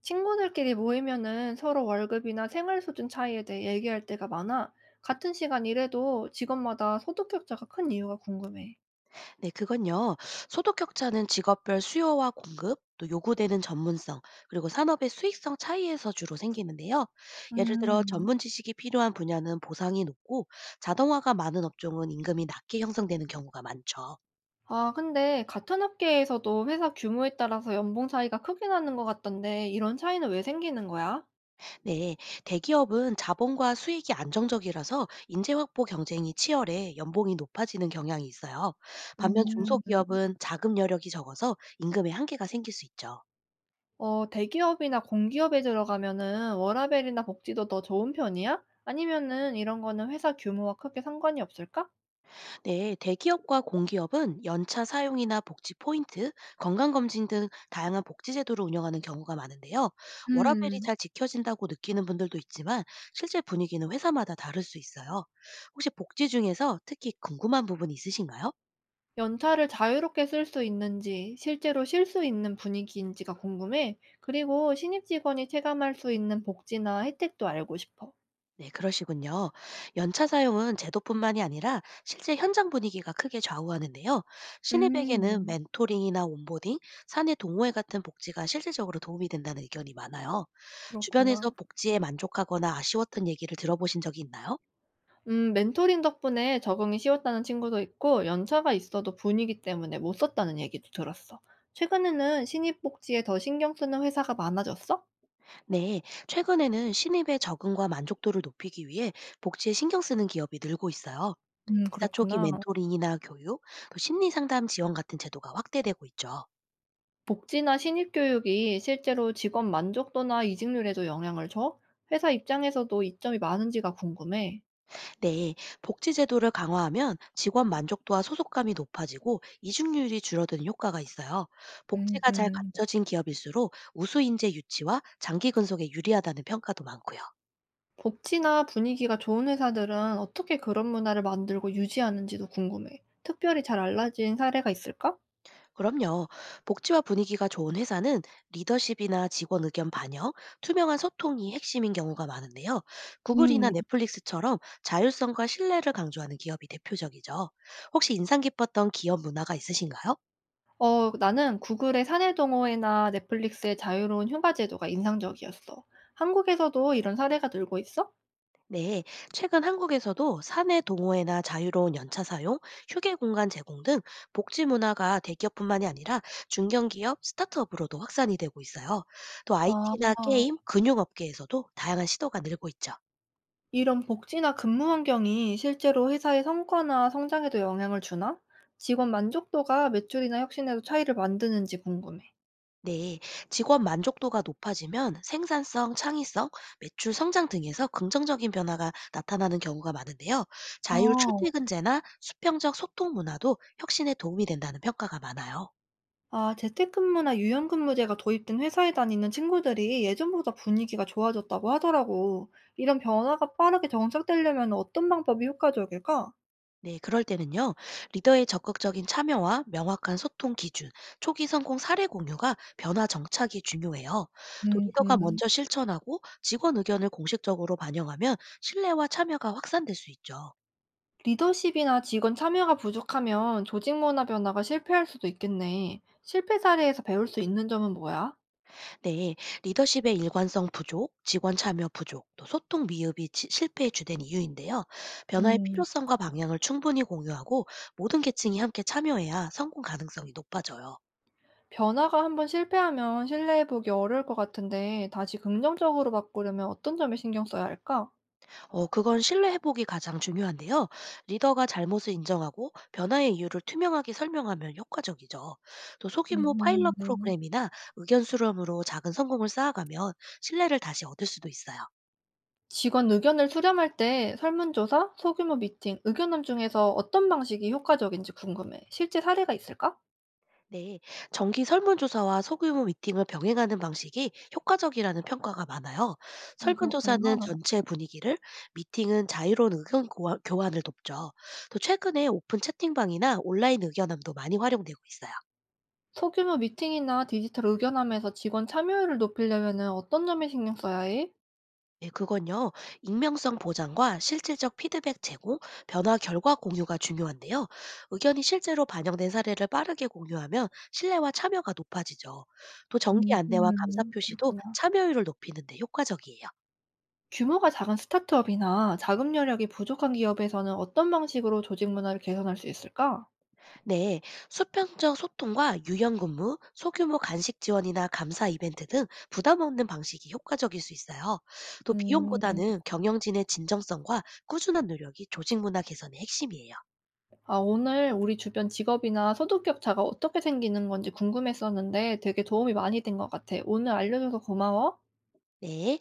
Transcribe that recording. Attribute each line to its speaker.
Speaker 1: 친구들끼리 모이면은 서로 월급이나 생활 수준 차이에 대해 얘기할 때가 많아. 같은 시간 일해도 직업마다 소득 격차가 큰 이유가 궁금해.
Speaker 2: 네, 그건요. 소득 격차는 직업별 수요와 공급, 또 요구되는 전문성, 그리고 산업의 수익성 차이에서 주로 생기는데요. 예를 들어
Speaker 1: 음,
Speaker 2: 전문 지식이 필요한 분야는 보상이 높고 자동화가 많은 업종은 임금이 낮게 형성되는 경우가 많죠.
Speaker 1: 아, 근데 같은 업계에서도 회사 규모에 따라서 연봉 차이가 크게 나는 것 같던데 이런 차이는 왜 생기는 거야?
Speaker 2: 네, 대기업은 자본과 수익이 안정적이라서 인재 확보 경쟁이 치열해 연봉이 높아지는 경향이 있어요. 반면
Speaker 1: 음.
Speaker 2: 중소기업은 자금 여력이 적어서 임금의 한계가 생길 수 있죠.
Speaker 1: 어, 대기업이나 공기업에 들어가면은 워라밸이나 복지도 더 좋은 편이야? 아니면은 이런 거는 회사 규모와 크게 상관이 없을까?
Speaker 2: 네, 대기업과 공기업은 연차 사용이나 복지 포인트, 건강검진 등 다양한 복지 제도를 운영하는 경우가 많은데요. 워라밸이
Speaker 1: 음.
Speaker 2: 잘 지켜진다고 느끼는 분들도 있지만 실제 분위기는 회사마다 다를 수 있어요. 혹시 복지 중에서 특히 궁금한 부분이 있으신가요?
Speaker 1: 연차를 자유롭게 쓸 수 있는지, 실제로 쉴 수 있는 분위기인지가 궁금해. 그리고 신입 직원이 체감할 수 있는 복지나 혜택도 알고 싶어.
Speaker 2: 네, 그러시군요. 연차 사용은 제도뿐만이 아니라 실제 현장 분위기가 크게 좌우하는데요. 신입에게는
Speaker 1: 음,
Speaker 2: 멘토링이나 온보딩, 사내 동호회 같은 복지가 실질적으로 도움이 된다는 의견이 많아요. 주변에서
Speaker 1: 그렇구나.
Speaker 2: 복지에 만족하거나 아쉬웠던 얘기를 들어보신 적이 있나요?
Speaker 1: 멘토링 덕분에 적응이 쉬웠다는 친구도 있고, 연차가 있어도 분위기 때문에 못 썼다는 얘기도 들었어. 최근에는 신입 복지에 더 신경 쓰는 회사가 많아졌어?
Speaker 2: 네, 최근에는 신입의 적응과 만족도를 높이기 위해 복지에 신경 쓰는 기업이 늘고 있어요. 입사 초기
Speaker 1: 그렇구나.
Speaker 2: 멘토링이나 교육, 또 심리 상담 지원 같은 제도가 확대되고 있죠.
Speaker 1: 복지나 신입 교육이 실제로 직원 만족도나 이직률에도 영향을 줘? 회사 입장에서도 이점이 많은지가 궁금해.
Speaker 2: 네, 복지 제도를 강화하면 직원 만족도와 소속감이 높아지고 이직률이 줄어드는 효과가 있어요. 복지가 잘
Speaker 1: 음.
Speaker 2: 갖춰진 기업일수록 우수 인재 유치와 장기 근속에 유리하다는 평가도 많고요.
Speaker 1: 복지나 분위기가 좋은 회사들은 어떻게 그런 문화를 만들고 유지하는지도 궁금해. 특별히 잘 알려진 사례가 있을까?
Speaker 2: 그럼요. 복지와 분위기가 좋은 회사는 리더십이나 직원 의견 반영, 투명한 소통이 핵심인 경우가 많은데요. 구글이나
Speaker 1: 음.
Speaker 2: 넷플릭스처럼 자율성과 신뢰를 강조하는 기업이 대표적이죠. 혹시 인상 깊었던 기업 문화가 있으신가요?
Speaker 1: 어, 나는 구글의 사내 동호회나 넷플릭스의 자유로운 휴가 제도가 인상적이었어. 한국에서도 이런 사례가 늘고 있어?
Speaker 2: 네, 최근 한국에서도 사내 동호회나 자유로운 연차 사용, 휴게 공간 제공 등 복지 문화가 대기업뿐만이 아니라 중견기업, 스타트업으로도 확산이 되고 있어요. 또 IT나
Speaker 1: 아.
Speaker 2: 게임, 금융업계에서도 다양한 시도가 늘고 있죠.
Speaker 1: 이런 복지나 근무 환경이 실제로 회사의 성과나 성장에도 영향을 주나? 직원 만족도가 매출이나 혁신에도 차이를 만드는지 궁금해.
Speaker 2: 네, 직원 만족도가 높아지면 생산성, 창의성, 매출 성장 등에서 긍정적인 변화가 나타나는 경우가 많은데요. 자율
Speaker 1: 아.
Speaker 2: 출퇴근제나 수평적 소통 문화도 혁신에 도움이 된다는 평가가 많아요.
Speaker 1: 아, 재택근무나 유연근무제가 도입된 회사에 다니는 친구들이 예전보다 분위기가 좋아졌다고 하더라고. 이런 변화가 빠르게 정착되려면 어떤 방법이 효과적일까?
Speaker 2: 네, 그럴 때는요, 리더의 적극적인 참여와 명확한 소통 기준, 초기 성공 사례 공유가 변화 정착이 중요해요. 또 리더가
Speaker 1: 음,
Speaker 2: 먼저 실천하고 직원 의견을 공식적으로 반영하면 신뢰와 참여가 확산될 수 있죠.
Speaker 1: 리더십이나 직원 참여가 부족하면 조직 문화 변화가 실패할 수도 있겠네. 실패 사례에서 배울 수 있는 점은 뭐야?
Speaker 2: 네, 리더십의 일관성 부족, 직원 참여 부족, 또 소통 미흡이 실패의 주된 이유인데요. 변화의
Speaker 1: 음.
Speaker 2: 필요성과 방향을 충분히 공유하고 모든 계층이 함께 참여해야 성공 가능성이 높아져요.
Speaker 1: 변화가 한번 실패하면 신뢰해보기 어려울 것 같은데 다시 긍정적으로 바꾸려면 어떤 점에 신경 써야 할까?
Speaker 2: 어, 그건 신뢰 회복이 가장 중요한데요. 리더가 잘못을 인정하고 변화의 이유를 투명하게 설명하면 효과적이죠. 또 소규모 파일럿
Speaker 1: 음.
Speaker 2: 프로그램이나 의견 수렴으로 작은 성공을 쌓아가면 신뢰를 다시 얻을 수도 있어요.
Speaker 1: 직원 의견을 수렴할 때 설문조사, 소규모 미팅, 의견함 중에서 어떤 방식이 효과적인지 궁금해. 실제 사례가 있을까?
Speaker 2: 네, 정기 설문조사와 소규모 미팅을 병행하는 방식이 효과적이라는 평가가 많아요. 설문조사는
Speaker 1: 그렇구나.
Speaker 2: 전체 분위기를, 미팅은 자유로운 의견 교환을 돕죠. 또 최근에 오픈 채팅방이나 온라인 의견함도 많이 활용되고 있어요.
Speaker 1: 소규모 미팅이나 디지털 의견함에서 직원 참여율을 높이려면은 어떤 점에 신경 써야 해?
Speaker 2: 네, 그건요. 익명성 보장과 실질적 피드백 제공, 변화 결과 공유가 중요한데요. 의견이 실제로 반영된 사례를 빠르게 공유하면 신뢰와 참여가 높아지죠. 또 정기 안내와 감사 표시도
Speaker 1: 그렇구나.
Speaker 2: 참여율을 높이는데 효과적이에요.
Speaker 1: 규모가 작은 스타트업이나 자금 여력이 부족한 기업에서는 어떤 방식으로 조직 문화를 개선할 수 있을까?
Speaker 2: 네, 수평적 소통과 유연 근무, 소규모 간식 지원이나 감사 이벤트 등 부담 없는 방식이 효과적일 수 있어요. 또
Speaker 1: 음,
Speaker 2: 비용보다는 경영진의 진정성과 꾸준한 노력이 조직 문화 개선의 핵심이에요.
Speaker 1: 아, 오늘 우리 주변 직업이나 소득격차가 어떻게 생기는 건지 궁금했었는데 되게 도움이 많이 된 것 같아. 오늘 알려줘서 고마워.
Speaker 2: 네.